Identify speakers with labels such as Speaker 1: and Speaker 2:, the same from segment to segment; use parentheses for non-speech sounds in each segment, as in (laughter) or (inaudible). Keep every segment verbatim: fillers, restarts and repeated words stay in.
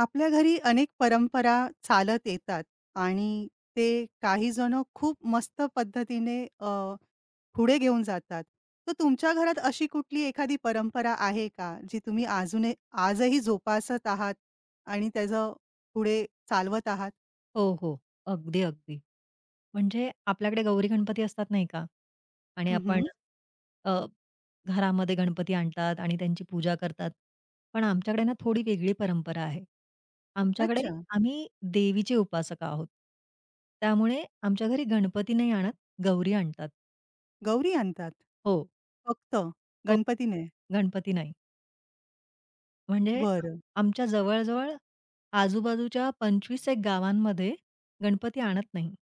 Speaker 1: आपल्या घरी अनेक परंपरा चालत येतात आणि ते काही जण खूप मस्त पद्धतीने अ, पुढे घेऊन जातात. तर तुमच्या घरात अशी कुठली एखादी परंपरा आहे का, जी तुम्ही अजूनही आजही जोपासत आहात आणि त्याचं पुढे चालवत आहात?
Speaker 2: हो, हो. अगदी, अगदी. म्हणजे आपल्याकडे गौरी गणपती असतात नाही का? आणि आपण
Speaker 1: हं.
Speaker 2: अ, घरामध्ये गणपती आणतात आणि त्यांची पूजा करतात. पण आमच्याकडे ना थोडी वेगळी परंपरा आहे. आमच्याकडे
Speaker 1: अच्छा.
Speaker 2: आम्ही देवीचे उपासक आहोत. त्यामुळे आमच्या घरी गणपती नाही आणत, गौरी आणतात.
Speaker 1: गौरी आणतात?
Speaker 2: हो,
Speaker 1: फक्त
Speaker 2: हो.
Speaker 1: गणपती.
Speaker 2: गणपती नाही. म्हणजे
Speaker 1: बरं.
Speaker 2: आमच्या जवळ-जवळ आजूबाजूच्या पंचवीस एक गावांमध्ये गणपती आणत नाही.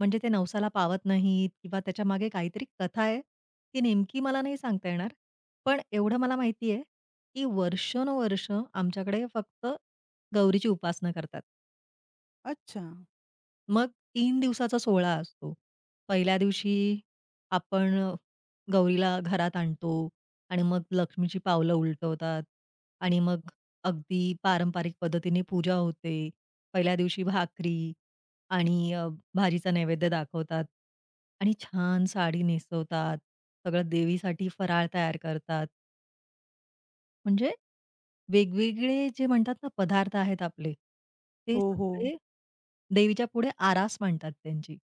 Speaker 2: म्हणजे ते नवसाला पावत नाहीत किंवा त्याच्यामागे काहीतरी कथा आहे. ती नेमकी मला नाही सांगता येणार. पण एवढं मला माहिती आहे, की वर्षानुवर्ष आमच्याकडे फक्त गौरीची उपासना करतात.
Speaker 1: अच्छा.
Speaker 2: मग तीन दिवसाचा सोहळा असतो. पहिल्या दिवशी आपण अ, गौरीला घरात आणतो आणि मग लक्ष्मीची पावलं उलटवतात आणि मग अगदी पारंपरिक पद्धतीने पूजा होते. पहिल्या दिवशी भाकरी आणि अ, भाजीचा नैवेद्य दाखवतात आणि छान साडी नेसवतात. सगळं देवीसाठी फराळ तयार करतात. म्हणजे वेगवेगळे जे म्हणतात ना पदार्थ आहेत आपले, ते
Speaker 1: हो, हो.
Speaker 2: सगळे देवीच्या पुढे आरास मांडतात त्यांची.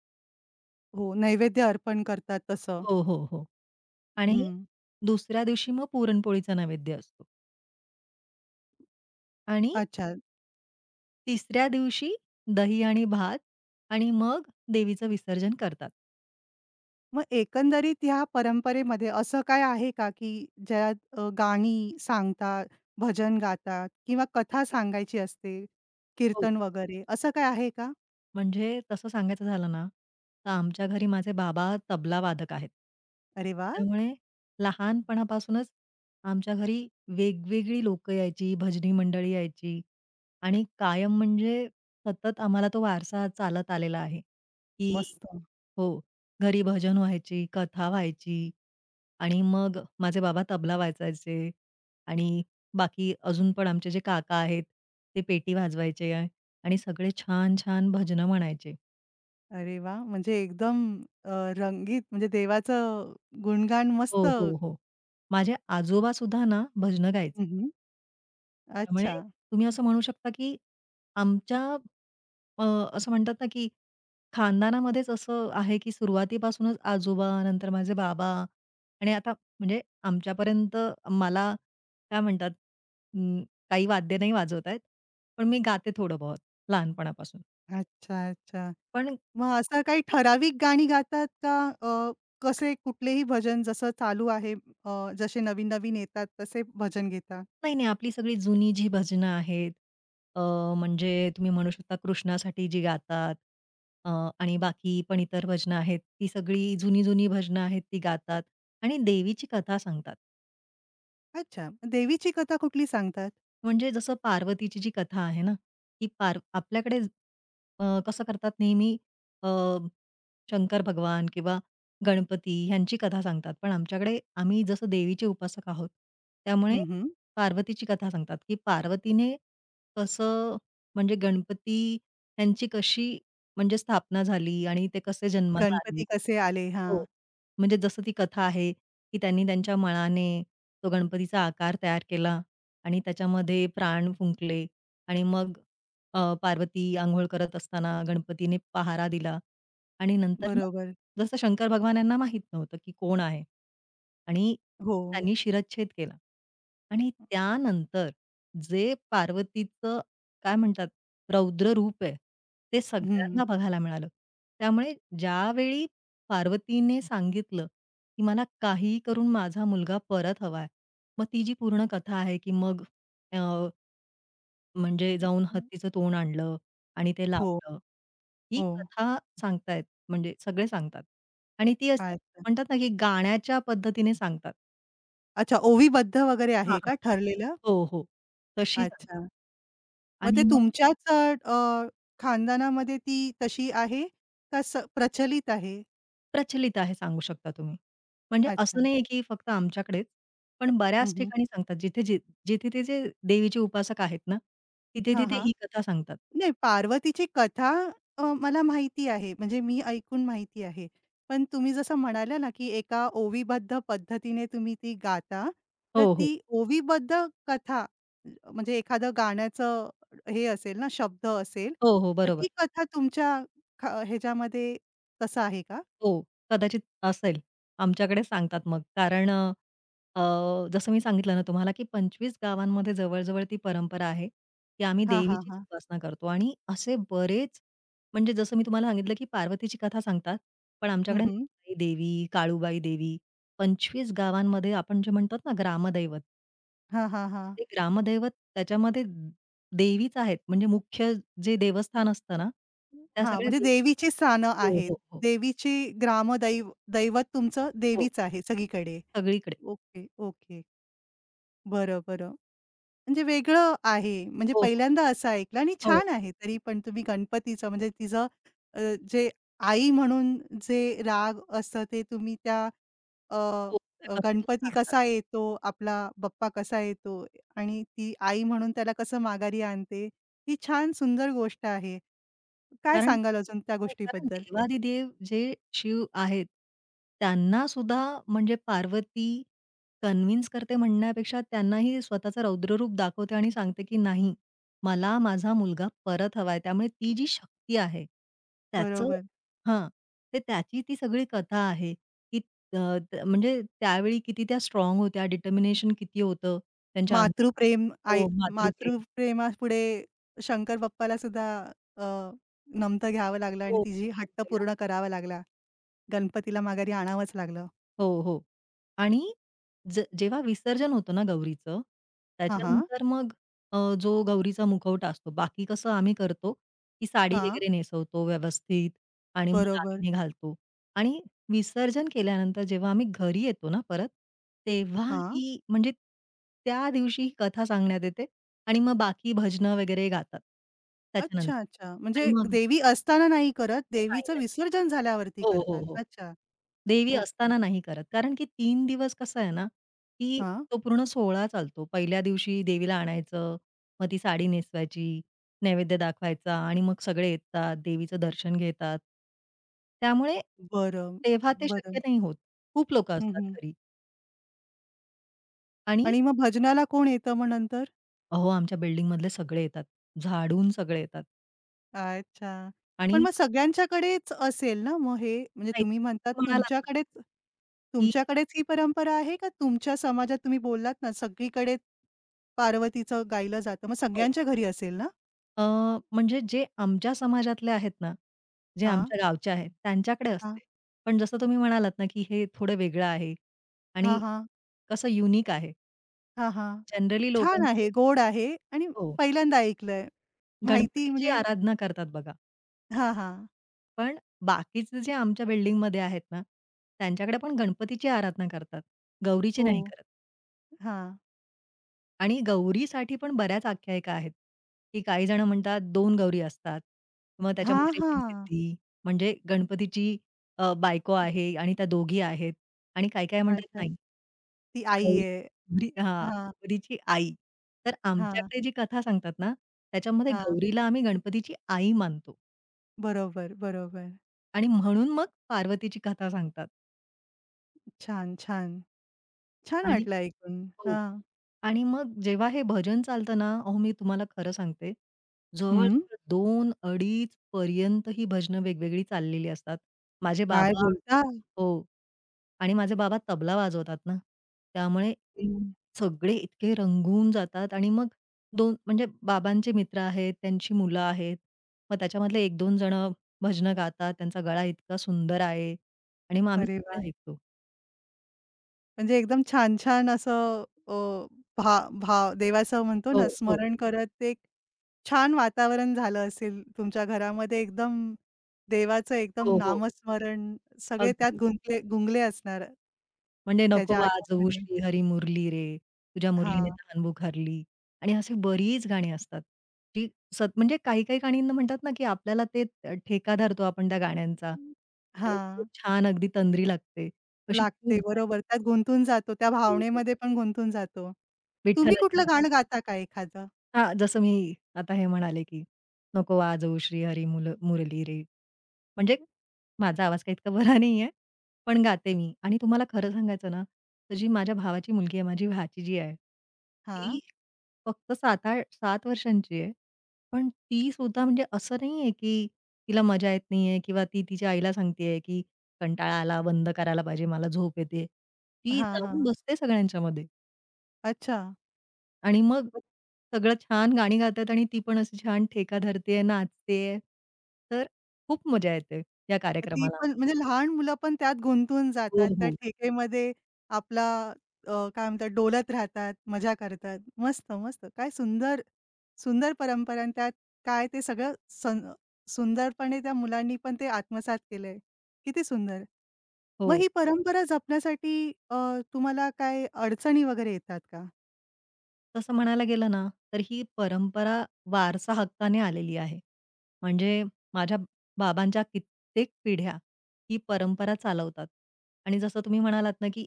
Speaker 1: हो. नैवेद्य अर्पण करतात तसं.
Speaker 2: हो, हो, हो. आणि
Speaker 1: हं.
Speaker 2: दुसऱ्या दिवशी मग पुरणपोळीचा नैवेद्य असतो आणि
Speaker 1: अच्छा.
Speaker 2: तिसऱ्या दिवशी दही आणि भात आणि मग देवीचं विसर्जन करतात.
Speaker 1: मग एकंदरीत ह्या परंपरेमध्ये असं काय आहे का, की ज्यात अ, गाणी सांगतात, भजन गातात किंवा कथा सांगायची असते,
Speaker 2: हो.
Speaker 1: कीर्तन वगैरे असं काय आहे का?
Speaker 2: म्हणजे तसं सांगायचं झालं ना, तर आमच्या घरी माझे बाबा तबला वादक आहेत.
Speaker 1: अरे वाह!
Speaker 2: त्यामुळे लहानपणापासूनच आमच्या घरी वेगवेगळी लोकं यायची, भजनी मंडळी यायची आणि कायम म्हणजे सतत आम्हाला तो वारसा चालत आलेला आहे, की
Speaker 1: मस्त.
Speaker 2: हो. घरी भजन व्हायची, कथा व्हायची आणि मग माझे बाबा तबला वाजवायचे आणि बाकी अजून पण आमचे जे काका आहेत, ते पेटी वाजवायचे आ- आणि सगळे छान-छान भजनं म्हणायचे.
Speaker 1: अरे वाह! म्हणजे एकदम अ, रंगीत म्हणजे देवाचं गुणगान
Speaker 2: हो,
Speaker 1: मस्त.
Speaker 2: हो, हो. माझे आजोबासुद्धा ना भजनं गायचे.
Speaker 1: हं,
Speaker 2: त्यामुळे
Speaker 1: अच्छा.
Speaker 2: तुम्ही असं म्हणू शकता, की आमच्या अ, असं म्हणतात ना, की खानदानामध्येच असं आहे, की सुरुवातीपासूनच आजोबा, नंतर माझे बाबा आणि आता म्हणजे आमच्यापर्यंत मला काय म्हणतात अं, काही वाद्य नाही वाजवता येत. पण मी गाते थोडं बहुत लहानपणापासून.
Speaker 1: अच्छा, अच्छा.
Speaker 2: पण
Speaker 1: मग असं काही ठराविक गाणी गातात का? अ, कसे कुठलेही भजन जसं चालू आहे, अ, जसे नवीन-नवीन येतात तसे भजन घेता?
Speaker 2: नाही, नाही. आपली सगळी जुनी जी भजनं आहेत, अ, म्हणजे तुम्ही म्हणू शकता कृष्णासाठी जी गातात, अ, आणि बाकी पण इतर भजनं आहेत, ती सगळी जुनी-जुनी भजनं आहेत ती गातात आणि देवीची कथा सांगतात.
Speaker 1: अच्छा. देवीची कथा कुठली सांगतात?
Speaker 2: म्हणजे जसं पार्वतीची जी कथा आहे ना, की पार आपल्याकडे अ, कसं करतात नेहमी, अ, शंकर भगवान किंवा गणपती ह्यांची कथा सांगतात. पण आमच्याकडे आम्ही जसं देवीचे उपासक आहोत, त्यामुळे
Speaker 1: हं, हं.
Speaker 2: पार्वतीची कथा सांगतात, की पार्वतीने कसं म्हणजे गणपती ह्यांची कशी म्हणजे स्थापना झाली आणि ते कसे जन्माला आले.
Speaker 1: गणपती कसे आले? हां.
Speaker 2: हो. म्हणजे जसं ती कथा आहे, की त्यांनी त्यांच्या मळाने तो गणपतीचा आकार तयार केला. आणि त्याच्यामध्ये प्राण फुंकले आणि मग अ, पार्वती अंघोळ करत असताना गणपतीने पहारा दिला आणि नंतर हं.
Speaker 1: बरोबर.
Speaker 2: मग जसं शंकर भगवान यांना माहीत नव्हतं, की कोण आहे? आणि
Speaker 1: हो.
Speaker 2: त्यांनी शिरच्छेद केला आणि त्यानंतर जे पार्वतीचं काय म्हणतात रौद्र रूप आहे, ते
Speaker 1: हं.
Speaker 2: सगळ्यांना बघायला मिळालं. त्यामुळे ज्यावेळी पार्वतीने सांगितलं, की "मला काहीही करून माझा मुलगा परत हवाय." मग ती जी पूर्ण कथा आहे, की मग अ, म्हणजे जाऊन हत्तीचं तोंड आणलं आणि ते
Speaker 1: हो,
Speaker 2: लावलं. ही
Speaker 1: हो.
Speaker 2: कथा सांगतायत म्हणजे सगळे सांगतात आणि ती असं
Speaker 1: अच्छा.
Speaker 2: म्हणतात ना, की गाण्याच्या पद्धतीने सांगतात.
Speaker 1: अच्छा, ओवीबद्ध वगैरे
Speaker 2: हां,
Speaker 1: आहे
Speaker 2: हां.
Speaker 1: का ठरलेलं?
Speaker 2: हो, हो. तशी सांगतात
Speaker 1: अच्छा. मग ते
Speaker 2: आणि मग
Speaker 1: तुमच्याच अ, अ, खानदानामध्ये ती तशी आहे का, स प्रचलित आहे?
Speaker 2: प्रचलित आहे सांगू शकता तुम्ही. म्हणजे असं
Speaker 1: अच्छा.
Speaker 2: नाहीये, की फक्त आमच्याकडेच, पण
Speaker 1: हं,
Speaker 2: बऱ्याच
Speaker 1: हं.
Speaker 2: ठिकाणी सांगतात. जिथे जे जिथे ते जे देवीचे उपासक आहेत ना,
Speaker 1: हां,
Speaker 2: तिथे-तिथे
Speaker 1: हां.
Speaker 2: ही कथा सांगतात.
Speaker 1: नाही, पार्वतीची कथा अ, मला माहिती आहे. म्हणजे मी ऐकून माहिती आहे. पण तुम्ही जसं म्हणाल्या ना, की एका ओवीबद्ध पद्धतीने तुम्ही ती गाता, तर
Speaker 2: हो,
Speaker 1: ती
Speaker 2: हो.
Speaker 1: ओवीबद्ध कथा अ, म्हणजे एखादं गाण्याचं हे असेल ना, शब्द असेल,
Speaker 2: हो, हो.
Speaker 1: तर
Speaker 2: बरोबर.
Speaker 1: ती कथा तुमच्या ख ह्याच्यामध्ये तसं आहे का?
Speaker 2: हो, कदाचित असेल. आमच्याकडे सांगतात मग. कारण अ, अ, जसं मी सांगितलं ना तुम्हाला, की पंचवीस गावांमध्ये जवळ-जवळ ती परंपरा आहे, की आम्ही
Speaker 1: हां, हां,
Speaker 2: देवीचीच
Speaker 1: हां.
Speaker 2: उपासना करतो आणि असे बरेच म्हणजे जसं मी तुम्हाला सांगितलं, की पार्वतीची कथा सांगतात, पण
Speaker 1: हं,
Speaker 2: आमच्याकडे
Speaker 1: हं.
Speaker 2: नंदुबाई देवी, काळूबाई देवी, पंचवीस गावांमध्ये आपण जे म्हणतात ना ग्रामदैवत,
Speaker 1: हां, हां, हां.
Speaker 2: ते ग्रामदैवत त्याच्यामध्ये देवीच आहेत. म्हणजे मुख्य जे देवस्थान असतं ना, त्या
Speaker 1: हां,
Speaker 2: सगळ्या
Speaker 1: म्हणजे
Speaker 2: देवी
Speaker 1: देवीची स्थानं
Speaker 2: हो,
Speaker 1: आहेत.
Speaker 2: हो, हो,
Speaker 1: देवीची, ग्रामदैव दैवत तुमचं
Speaker 2: हो.
Speaker 1: देवीच आहे सगळीकडे.
Speaker 2: सगळीकडे.
Speaker 1: Okay, okay. बरं, बरं. म्हणजे वेगळं आहे. म्हणजे
Speaker 2: हो, हो.
Speaker 1: पहिल्यांदा असं ऐकलं आणि
Speaker 2: हो,
Speaker 1: छान आहे. तरी पण तुम्ही गणपतीचं म्हणजे तिचं, अ, जे आई म्हणून जे राग असतं ते तुम्ही त्या, अ,
Speaker 2: हो. त्या
Speaker 1: अ,
Speaker 2: कथेतून
Speaker 1: गणपती
Speaker 2: सांगतात.
Speaker 1: कसा येतो, आपला बाप्पा कसा येतो आणि ती आई म्हणून त्याला कसं माघारी आणते, ही छान सुंदर गोष्ट आहे. काय
Speaker 2: कारण
Speaker 1: सांगाल अजून त्या
Speaker 2: हो, कारण
Speaker 1: गोष्टीबद्दल?
Speaker 2: देवादिदेव जे शिव आहेत, त्यांना सुद्धा म्हणजे पार्वती कन्व्हिन्स करते म्हणण्यापेक्षा त्यांनाही स्वतःचं रौद्ररूप दाखवते आणि सांगते, की "नाही, मला माझा मुलगा परत हवाय." त्यामुळे ती जी शक्ती आहे, त्याचं
Speaker 1: बरोबर.
Speaker 2: हां, ते त्याची ती सगळी कथा आहे, की अ, त म्हणजे त्यावेळी किती त्या स्ट्राँग होत्या, डिटर्मिनेशन किती होतं त्यांच्या अंगात.
Speaker 1: मातृप्रेम. आई
Speaker 2: हो, मातृप्रेम.
Speaker 1: मातृप्रेमापुढे शंकर बाप्पाला सुद्धा अ, नमतं घ्यावं लागलं आणि
Speaker 2: हो.
Speaker 1: तिची हट्ट पूर्ण
Speaker 2: (unintelligible)
Speaker 1: करावा लागला. गणपतीला माघारी आणावंच लागलं.
Speaker 2: हो, हो. आणि ज जेव्हा विसर्जन होतं ना गौरीचं,
Speaker 1: हां, हां.
Speaker 2: त्याच्यानंतर मग अ, जो गौरीचा मुखवटा असतो, बाकी कसं आम्ही करतो, की साडी
Speaker 1: हां.
Speaker 2: वगैरे नेसवतो व्यवस्थित आणि मग
Speaker 1: बरोबर.
Speaker 2: दागिने घालतो आणि विसर्जन केल्यानंतर जेव्हा आम्ही घरी येतो ना परत, तेव्हा
Speaker 1: हां.
Speaker 2: ही म्हणजे त्या दिवशी ही कथा सांगण्यात येते आणि मग बाकी भजनं वगैरे गातात
Speaker 1: अच्छा,
Speaker 2: त्याच्यानंतर
Speaker 1: अच्छा. म्हणजे
Speaker 2: आणि मग
Speaker 1: देवी असताना नाही करत,
Speaker 2: नाही,
Speaker 1: देवीचं
Speaker 2: नाही.
Speaker 1: विसर्जन झाल्यावरती
Speaker 2: हो, हो,
Speaker 1: करतात.
Speaker 2: हो.
Speaker 1: अच्छा.
Speaker 2: देवी
Speaker 1: ओके.
Speaker 2: असताना नाही करत. कारण की तीन दिवस कसं आहे ना, की
Speaker 1: हां.
Speaker 2: तो पूर्ण सोहळा चालतो. पहिल्या दिवशी देवीला आणायचं, मग ती साडी नेसवायची, नैवेद्य दाखवायचा आणि मग सगळे येतात, देवीचं दर्शन घेतात. त्यामुळे
Speaker 1: बरं,
Speaker 2: तेव्हा ते
Speaker 1: बरं.
Speaker 2: शक्य नाही होत. खूप लोकं
Speaker 1: हं,
Speaker 2: असतात
Speaker 1: हं.
Speaker 2: घरी आणि
Speaker 1: आणि मग भजनाला कोण येतं मग नंतर?
Speaker 2: अहो, आमच्या बिल्डिंगमधले सगळे येतात, झाडून सगळे येतात
Speaker 1: अच्छा. पण
Speaker 2: आणि
Speaker 1: मग सगळ्यांच्याकडेच असेल ना मग हे? म्हणजे
Speaker 2: नाही
Speaker 1: तुम्ही म्हणतात
Speaker 2: म्हणालात ना,
Speaker 1: तुमच्याकडेच,
Speaker 2: की
Speaker 1: तुमच्याकडेच ही परंपरा आहे का? तुमच्या समाजात तुम्ही बोललात ना सगळीकडे पार्वतीचं गायलं जातं. मग
Speaker 2: हो.
Speaker 1: सगळ्यांच्या घरी असेल ना?
Speaker 2: अ, म्हणजे जे आमच्या समाजातले आहेत ना, जे
Speaker 1: हां,
Speaker 2: आमच्या गावचे आहेत, त्यांच्याकडे
Speaker 1: हां.
Speaker 2: असते. पण जसं तुम्ही म्हणालात ना, की हे थोडं वेगळं आहे
Speaker 1: हां,
Speaker 2: आणि
Speaker 1: हां.
Speaker 2: कसं युनिक आहे.
Speaker 1: हां, हां.
Speaker 2: जनरली
Speaker 1: छान आहे,
Speaker 2: लोकांकडे
Speaker 1: गोड आहे आणि
Speaker 2: हो,
Speaker 1: पहिल्यांदा ऐकलंय. माहिती
Speaker 2: गणपतीची
Speaker 1: म्हणजे
Speaker 2: आराधना करतात बघा.
Speaker 1: हां, हां.
Speaker 2: पण बाकीचे जे आमच्या बिल्डिंगमध्ये आहेत ना, त्यांच्याकडे पण गणपतीची आराधना करतात. गौरीची
Speaker 1: हो.
Speaker 2: नाही करत.
Speaker 1: हां.
Speaker 2: आणि गौरीसाठी पण बऱ्याच आख्यायिका आहेत, की काही जण म्हणतात दोन गौरी असतात. मग
Speaker 1: हां,
Speaker 2: त्याच्यामध्ये
Speaker 1: हां.
Speaker 2: रिद्धी-सिद्धी म्हणजे गणपतीची अ, बायको आहे आणि त्या दोघी आहेत आणि काही काय म्हणतात
Speaker 1: अच्छा.
Speaker 2: नाही.
Speaker 1: ती आई
Speaker 2: गौरी
Speaker 1: आहे.
Speaker 2: गौरी हां,
Speaker 1: हां,
Speaker 2: गौरीची आई. तर
Speaker 1: हां,
Speaker 2: आमच्याकडे जी कथा सांगतात ना, त्याच्यामध्ये
Speaker 1: हां.
Speaker 2: गौरीला आम्ही गणपतीची आई मानतो
Speaker 1: बरोबर, बरोबर.
Speaker 2: आणि म्हणून मग पार्वतीची कथा सांगतात
Speaker 1: छान, छान. छान
Speaker 2: आणि
Speaker 1: वाटलं ऐकून.
Speaker 2: हो.
Speaker 1: हां.
Speaker 2: आणि मग जेव्हा हे भजन चालतं ना, अहो मी तुम्हाला खरं सांगते, जवळ
Speaker 1: हं.
Speaker 2: दोन अडीच पंचवीस पर्यंत ही भजनं वेगवेगळी चाललेली असतात. माझे
Speaker 1: काय
Speaker 2: बाबा
Speaker 1: बोलता?
Speaker 2: हो. आणि माझे बाबा तबला वाजवतात ना, त्यामुळे
Speaker 1: हं.
Speaker 2: सगळे इतके रंगून जातात आणि मग दोन म्हणजे बाबांचे मित्र आहेत, त्यांची मुलं आहेत. मग त्याच्यामधले एक दोन जणं भजनं गातात. त्यांचा गळा इतका सुंदर आहे आणि मग आम्ही
Speaker 1: अरे वाह!
Speaker 2: सगळे ऐकतो.
Speaker 1: म्हणजे एकदम छान-छान असं अ, भा भाव देवाचं म्हणतो
Speaker 2: हो,
Speaker 1: ना,
Speaker 2: हो.
Speaker 1: स्मरण करत ते छान वातावरण झालं असेल तुमच्या घरामध्ये एकदम. देवाचं एकदम
Speaker 2: हो, हो.
Speaker 1: नामस्मरण, सगळे त्यात
Speaker 2: अगदी.
Speaker 1: गुंतले गुंगले असणार.
Speaker 2: म्हणजे नको
Speaker 1: त्याच्या
Speaker 2: वाजवू
Speaker 1: आठवणीमध्ये.
Speaker 2: श्रीहरी मुरली रे, तुझ्या मुरलीने
Speaker 1: हां.
Speaker 2: तहान बुखारली. आणि असे बरीच गाणी असतात, जी सत म्हणजे काही-काही गाणींना म्हणतात ना, की आपल्याला ते ठेका धरतो आपण त्या गाण्यांचा आणि
Speaker 1: हां.
Speaker 2: खूप छान अगदी तंद्री लागते. अशी खूप
Speaker 1: लागते
Speaker 2: गाणी
Speaker 1: बरोबर. त्यात गुंतून जातो. त्या
Speaker 2: हो, हो.
Speaker 1: भावनेमध्ये पण गुंतून जातो. तुम्ही
Speaker 2: विठ्ठलाची
Speaker 1: कुठलं
Speaker 2: गाणी.
Speaker 1: गाणं गाता का एखादं?
Speaker 2: हां, जसं मी आता हे म्हणाले, की "नको वाजवू श्रीहरी मुल मुरली रे." म्हणजे माझा आवाज काही इतका बरा नाहीये, पण गाते मी आणि तुम्हाला खरं सांगायचं ना, तर जी माझ्या भावाची मुलगी आहे, माझी भाचीजी आहे. ती
Speaker 1: हां.
Speaker 2: फक्त सात आठ सात वर्षांची आहे. पण ती सुद्धा म्हणजे असं नाहीये, की तिला मजा येत नाहीये किंवा ती तिच्या आईला सांगतेय, की "कंटाळा आला, बंद करायला पाहिजे, मला झोप येते." ती
Speaker 1: हां,
Speaker 2: जाऊन
Speaker 1: हां.
Speaker 2: बसते सगळ्यांच्यामध्ये.
Speaker 1: अच्छा.
Speaker 2: आणि मग
Speaker 1: मग
Speaker 2: सगळं छान गाणी गातात आणि ती पण असं छान ठेका धरतेय, नाचतेय. तर खूप मजा येते या
Speaker 1: ती
Speaker 2: कार्यक्रमाला.
Speaker 1: पण म्हणजे लहान मुलं पण त्यात गुंतून
Speaker 2: हो,
Speaker 1: जातात. त्या
Speaker 2: हो.
Speaker 1: ठेकेमध्ये आपला, अ, काय म्हणतात, डोलत राहतात, मजा करतात. मस्त, मस्त. काय सुंदर, सुंदर परंपरा आणि त्यात काय ते सगळं सं सुंदरपणे त्या मुलांनी पण ते आत्मसात केलंय. किती सुंदर. मग
Speaker 2: हो.
Speaker 1: ही परंपरा जपण्यासाठी अ, तुम्हाला काय अडचणी वगैरे येतात का?
Speaker 2: तसं म्हणायला गेलं ना, तर ही परंपरा वारसा हक्काने आलेली आहे. म्हणजे माझ्या बाबांच्या कित्येक पिढ्या ही परंपरा चालवतात आणि जसं तुम्ही म्हणालात ना, की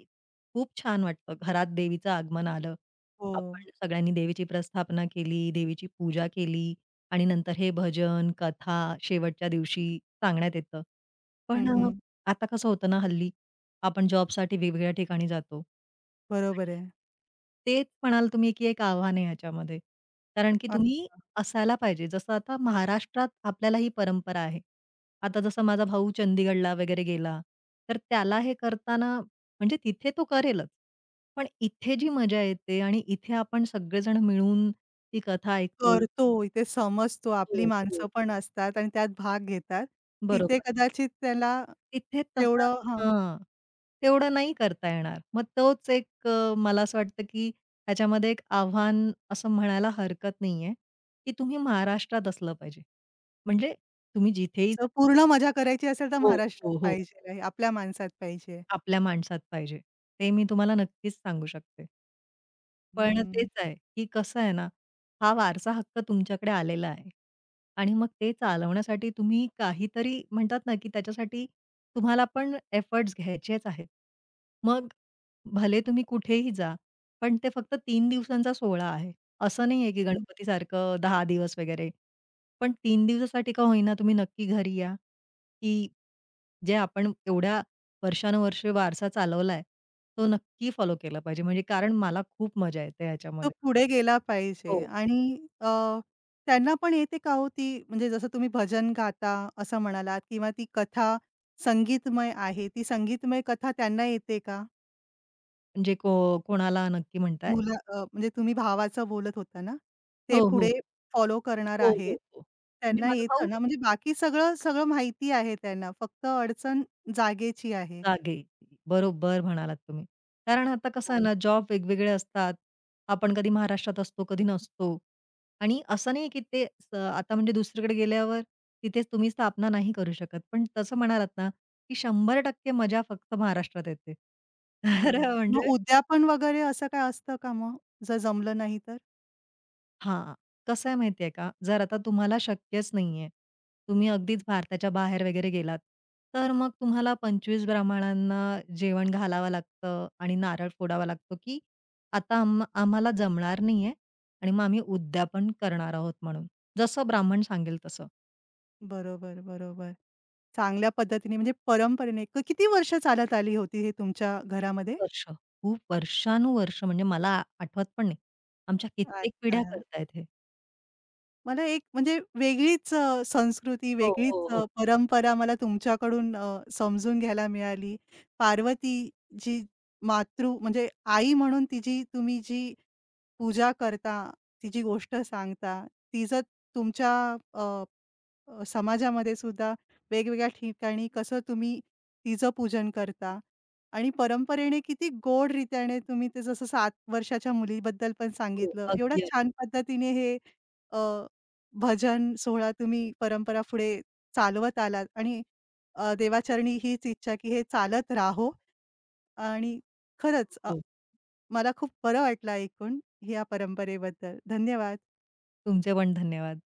Speaker 2: खूप छान वाटतं घरात देवीचं आगमन आलं.
Speaker 1: हो.
Speaker 2: आपण सगळ्यांनी देवीची प्रस्थापना केली, देवीची पूजा केली आणि नंतर हे भजन, कथा शेवटच्या दिवशी सांगण्यात येतं.
Speaker 1: हं,
Speaker 2: पण अ,
Speaker 1: हं.
Speaker 2: आता कसं होतं ना, हल्ली आपण जॉबसाठी वेगवेगळ्या ठिकाणी जातो.
Speaker 1: बरोबर आहे.
Speaker 2: तेच म्हणाल तुम्ही, की एक आव्हान आहे ह्याच्यामध्ये. कारण की तुम्ही असायला पाहिजे. जसं आता महाराष्ट्रात आपल्याला ही परंपरा आहे. आता जसं माझा भाऊ चंदीगडला वगैरे गेला, तर त्याला हे करताना म्हणजे तिथे तो करेलच. पण इथे जी मजा येते आणि इथे आपण सगळेजण मिळून ती कथा ऐकतो.
Speaker 1: करतो, इथे समजतो.
Speaker 2: हो,
Speaker 1: आपली
Speaker 2: हो, हो.
Speaker 1: माणसं पण असतात आणि त्यात भाग घेतात. तिथे
Speaker 2: बरोबर.
Speaker 1: कदाचित त्याला
Speaker 2: तिथे तसं
Speaker 1: तेवढं हां,
Speaker 2: हां, तेवढं नाही करता येणार. मग तोच एक अ, मला असं वाटतं, की त्याच्यामध्ये एक आव्हान असं म्हणायला हरकत नाहीये, की तुम्ही महाराष्ट्रात असलं पाहिजे. म्हणजे तुम्ही जिथेही
Speaker 1: जर
Speaker 2: जा
Speaker 1: पूर्ण मजा करायची असेल तर
Speaker 2: हो,
Speaker 1: महाराष्ट्रात
Speaker 2: हो, हो.
Speaker 1: पाहिजे आहे, आपल्या माणसात पाहिजे.
Speaker 2: आपल्या माणसात पाहिजे. ते मी तुम्हाला नक्कीच सांगू शकते. पण
Speaker 1: हं.
Speaker 2: तेच आहे, की कसं आहे ना, हा वारसा हक्क तुमच्याकडे आलेला आहे आणि मग ते चालवण्यासाठी तुम्ही काहीतरी म्हणतात ना, की त्याच्यासाठी तुम्हाला पण एफर्ट्स घ्यायचेच आहेत. मग भले तुम्ही कुठेही जा, पण ते फक्त तीन दिवसांचा सोहळा आहे. असं नाहीये, की गणपतीसारखं दहा दिवस वगैरे. पण तीन दिवसासाठी का होईना तुम्ही नक्की घरी या, की जे आपण एवढ्या वर्षानुवर्षे वारसा चालवलाय, तो नक्की फॉलो केला पाहिजे. म्हणजे कारण मला खूप मजा येते
Speaker 1: तो
Speaker 2: ह्याच्यामध्ये.
Speaker 1: पुढे गेला पाहिजे
Speaker 2: हो,
Speaker 1: आणि अ, त्यांना पण येते का हो ती? म्हणजे जसं तुम्ही भजन गाता असं म्हणालात, किंवा ती कथा संगीतमय आहे, ती संगीतमय कथा त्यांना येते का?
Speaker 2: म्हणजे को कोणाला नक्की म्हणताय?
Speaker 1: मुलं अ, म्हणजे तुम्ही भावाचं बोलत होता ना, ते
Speaker 2: हो, हो.
Speaker 1: पुढे फॉलो करणार
Speaker 2: हो, हो,
Speaker 1: आहेत.
Speaker 2: हो. म्हणजे
Speaker 1: त्यांना
Speaker 2: माझा भाऊ
Speaker 1: येतं ना, म्हणजे बाकी सगळं, सगळं माहिती आहे त्यांना. फक्त अडचण जागेची आहे.
Speaker 2: जागे. बरोबर म्हणालात तुम्ही. कारण आता कसं
Speaker 1: अच्छा.
Speaker 2: आहे ना, जॉब वेगवेगळे असतात. आपण कधी महाराष्ट्रात असतो, कधी नसतो. आणि असं नाही की ते स आता म्हणजे दुसरीकडे गेल्यावर तिथे तुम्ही स्थापना नाही करू शकत. पण तसं म्हणालात ना, की शंभर टक्के मजा फक्त महाराष्ट्रात येते. तर
Speaker 1: बरोबर. मग
Speaker 2: म्हणजे
Speaker 1: उद्यापन वगैरे असं काय असतं का मग? जर जमलं नाही तर?
Speaker 2: हां. कसं आहे माहिती आहे का, जर आता तुम्हाला शक्यच नाहीये, तुम्ही अगदीच भारताच्या बाहेर वगैरे गेलात, तर मग तुम्हाला पंचवीस ब्राह्मणांना जेवण घालावं लागतं आणि नारळ फोडावा लागतो, की आता आम आम्हाला जमणार नाहीये आणि मग आम्ही उद्यापन करणार आहोत म्हणून. जसं ब्राह्मण सांगेल तसं.
Speaker 1: बरोबर, बरोबर. चांगल्या पद्धतीने म्हणजे परंपरेने क किती वर्ष चालत आली होती हे तुमच्या घरामध्ये?
Speaker 2: वर्ष, खूप वर्षानुवर्ष म्हणजे मला आठवत पण नाही. आमच्या कित्येक पिढ्या
Speaker 1: अच्छा.
Speaker 2: करतायत हे.
Speaker 1: मला एक म्हणजे वेगळीच अ, संस्कृती,
Speaker 2: हो,
Speaker 1: वेगळीच
Speaker 2: हो,
Speaker 1: अ,
Speaker 2: हो.
Speaker 1: परंपरा मला तुमच्याकडून अ, समजून घ्यायला मिळाली. पार्वती जी मातृ म्हणजे आई म्हणून तिची तुम्ही जी पूजा करता, तिची गोष्ट सांगता, तिचं तुमच्या अ, समाजामध्ये सुद्धा वेगवेगळ्या ठिकाणी कसं तुम्ही तिचं पूजन करता आणि परंपरेने किती गोड रीत्याने तुम्ही ते जसं सात वर्षाच्या मुलीबद्दल पण
Speaker 2: हो.
Speaker 1: सांगितलं. एवढ्या
Speaker 2: अगदी,
Speaker 1: छान
Speaker 2: अगदी.
Speaker 1: पद्धतीने हे अ, भजन सोहळा तुम्ही परंपरा पुढे चालवत आलात आणि अ, देवाचरणी हीच इच्छा की हे चालत राहो आणि खरंच अ,
Speaker 2: हो.
Speaker 1: मला खूप बरं वाटलं ऐकून या परंपरेबद्दल. धन्यवाद.
Speaker 2: तुमचे पण धन्यवाद.